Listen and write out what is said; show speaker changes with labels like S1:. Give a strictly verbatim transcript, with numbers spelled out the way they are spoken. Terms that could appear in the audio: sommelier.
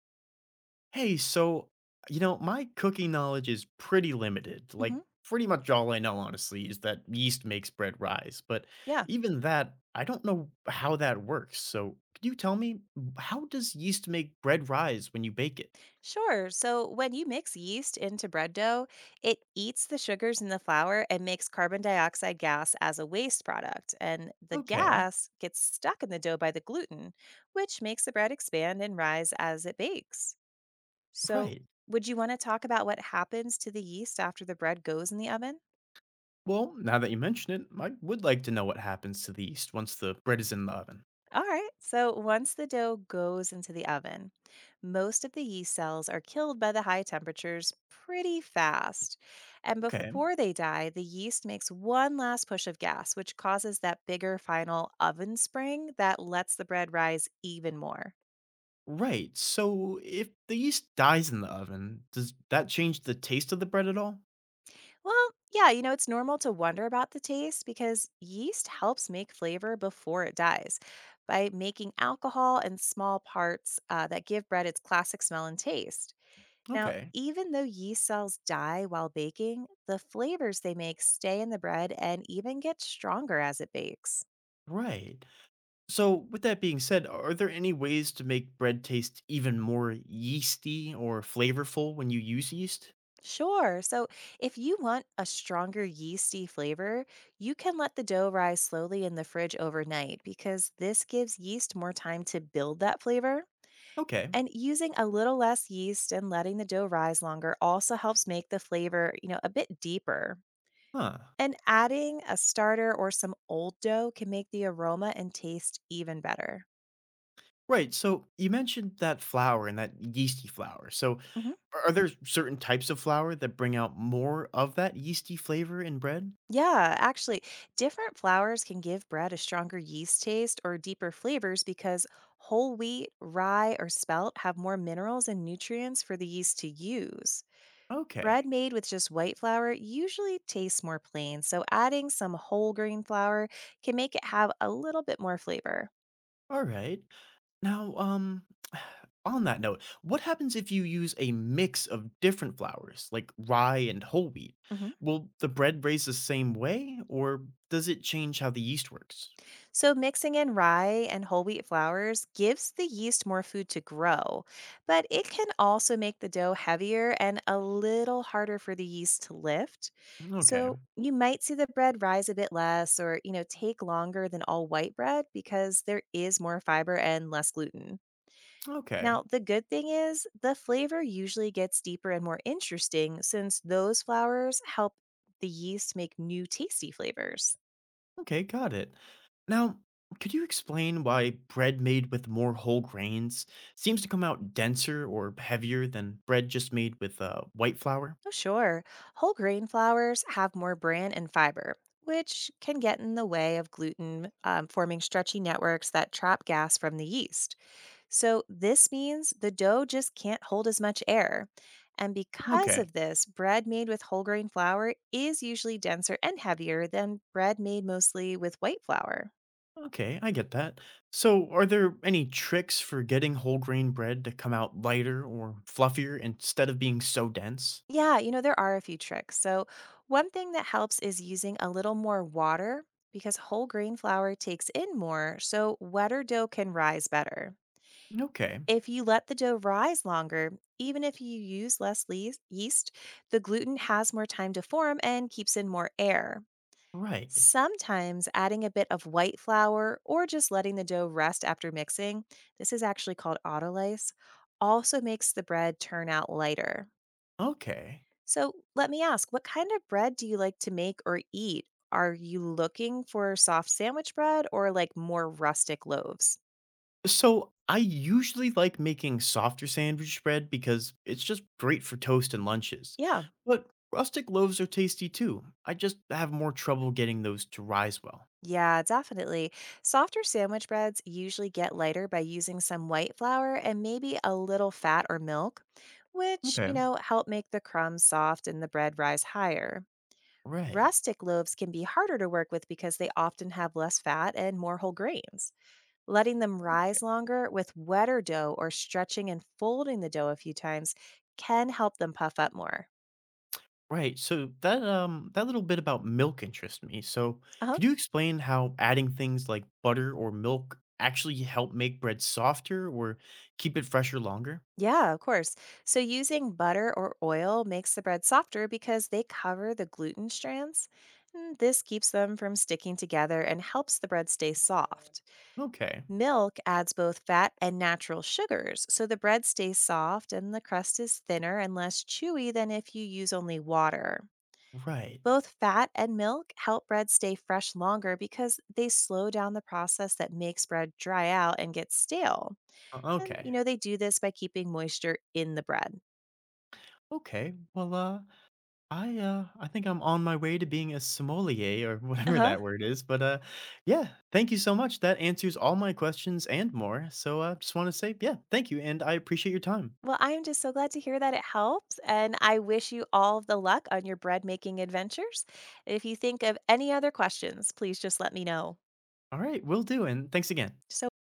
S1: Hey, so, you know, my cooking knowledge is pretty limited. Like,
S2: hmm
S1: pretty much all I know, honestly, is that yeast makes bread rise. But
S2: Yeah,
S1: even that, I don't know how that works. So, could you tell me, how does yeast make bread rise when you bake it?
S2: sure. So when you mix yeast into bread dough, it eats the sugars in the flour and makes carbon dioxide gas as a waste product. And the
S1: Okay,
S2: gas gets stuck in the dough by the gluten, which makes the bread expand and rise as it bakes. So,
S1: right.
S2: would you want to talk about what happens to the yeast after the bread goes in the oven?
S1: Well, now that you mention it, I would like to know what happens to the yeast once the bread is in the oven.
S2: All right, so once the dough goes into the oven, most of the yeast cells are killed by the high temperatures pretty fast. And
S1: Okay,
S2: before they die, the yeast makes one last push of gas, which causes that bigger final oven spring that lets the bread rise even more.
S1: right. So, if the yeast dies in the oven, does that change the taste of the bread at all?
S2: Well, yeah, you know, it's normal to wonder about the taste because yeast helps make flavor before it dies by making alcohol and small parts uh, that give bread its classic smell and taste. Now,
S1: Okay,
S2: even though yeast cells die while baking, the flavors they make stay in the bread and even get stronger as it bakes.
S1: right. So, with that being said, are there any ways to make bread taste even more yeasty or flavorful when you use yeast?
S2: Sure. So, if you want a stronger yeasty flavor, you can let the dough rise slowly in the fridge overnight because this gives yeast more time to build that flavor.
S1: Okay.
S2: And using a little less yeast and letting the dough rise longer also helps make the flavor, you know, a bit deeper.
S1: Huh.
S2: And adding a starter or some old dough can make the aroma and taste even better.
S1: Right. So, you mentioned that flour and that yeasty flour. So,
S2: hmm
S1: are are there certain types of flour that bring out more of that yeasty flavor in bread?
S2: Yeah, actually, different flours can give bread a stronger yeast taste or deeper flavors because whole wheat, rye, or spelt have more minerals and nutrients for the yeast to use. Bread
S1: Okay.
S2: made with just white flour usually tastes more plain, so adding some whole grain flour can make it have a little bit more flavor.
S1: Alright. Now, um, on that note, what happens if you use a mix of different flours, like rye and whole wheat?
S2: hmm
S1: Will the bread raise the same way, or does it change how the yeast works?
S2: So, mixing in rye and whole wheat flours gives the yeast more food to grow, but it can also make the dough heavier and a little harder for the yeast to lift.
S1: Okay,
S2: So, you might see the bread rise a bit less or, you know, take longer than all white bread because there is more fiber and less gluten. Now,
S1: okay,
S2: the good thing is the flavor usually gets deeper and more interesting since those flours help the yeast make new tasty flavors.
S1: okay, got it. Now, could you explain why bread made with more whole grains seems to come out denser or heavier than bread just made with uh, white flour?
S2: Oh, sure. Whole grain flours have more bran and fiber, which can get in the way of gluten, um, forming stretchy networks that trap gas from the yeast. So, this means the dough just can't hold as much air. And because
S1: Okay.
S2: of this, bread made with whole grain flour is usually denser and heavier than bread made mostly with white flour.
S1: Okay, I get that. So, are there any tricks for getting whole grain bread to come out lighter or fluffier instead of being so dense?
S2: Yeah, you know, there are a few tricks. So, one thing that helps is using a little more water because whole grain flour takes in more, so wetter dough can rise better.
S1: Okay,
S2: If you let the dough rise longer, even if you use less leas- yeast, the gluten has more time to form and keeps in more air.
S1: right.
S2: Sometimes adding a bit of white flour or just letting the dough rest after mixing, this is actually called autolyse, also makes the bread turn out lighter.
S1: Okay.
S2: So let me ask, what kind of bread do you like to make or eat? Are you looking for soft sandwich bread or like more rustic loaves?
S1: So, I usually like making softer sandwich bread because it's just great for toast and lunches.
S2: Yeah.
S1: But rustic loaves are tasty too. I just have more trouble getting those to rise well.
S2: Yeah, definitely. Softer sandwich breads usually get lighter by using some white flour and maybe a little fat or milk, which, you
S1: Okay,
S2: know, help make the crumbs soft and the bread rise higher.
S1: right.
S2: Rustic loaves can be harder to work with because they often have less fat and more whole grains. Letting them
S1: Okay.
S2: rise longer with wetter dough or stretching and folding the dough a few times can help them puff up more.
S1: Right. So that um that little bit about milk interests me. So
S2: Uh huh.
S1: could you explain how adding things like butter or milk actually help make bread softer or keep it fresher longer?
S2: Yeah, of course. So using butter or oil makes the bread softer because they cover the gluten strands. Mm, This keeps them from sticking together and helps the bread stay soft.
S1: Okay.
S2: Milk adds both fat and natural sugars, so the bread stays soft and the crust is thinner and less chewy than if you use only water.
S1: Right.
S2: Both fat and milk help bread stay fresh longer because they slow down the process that makes bread dry out and get stale.
S1: Uh,
S2: And, you
S1: okay.
S2: know, they do this by keeping moisture in the bread.
S1: Okay. Well, uh I uh I think I'm on my way to being a sommelier or
S2: Uh
S1: whatever
S2: huh.
S1: that word is, but uh yeah, thank you so much. That answers all my questions and more. So I uh, just want to say, yeah, thank you and I appreciate your time.
S2: Well, I am just so glad to hear that it helps. And I wish you all the luck on your bread making adventures. If you think of any other questions, please just let me know.
S1: All right, will do and thanks again.
S2: So.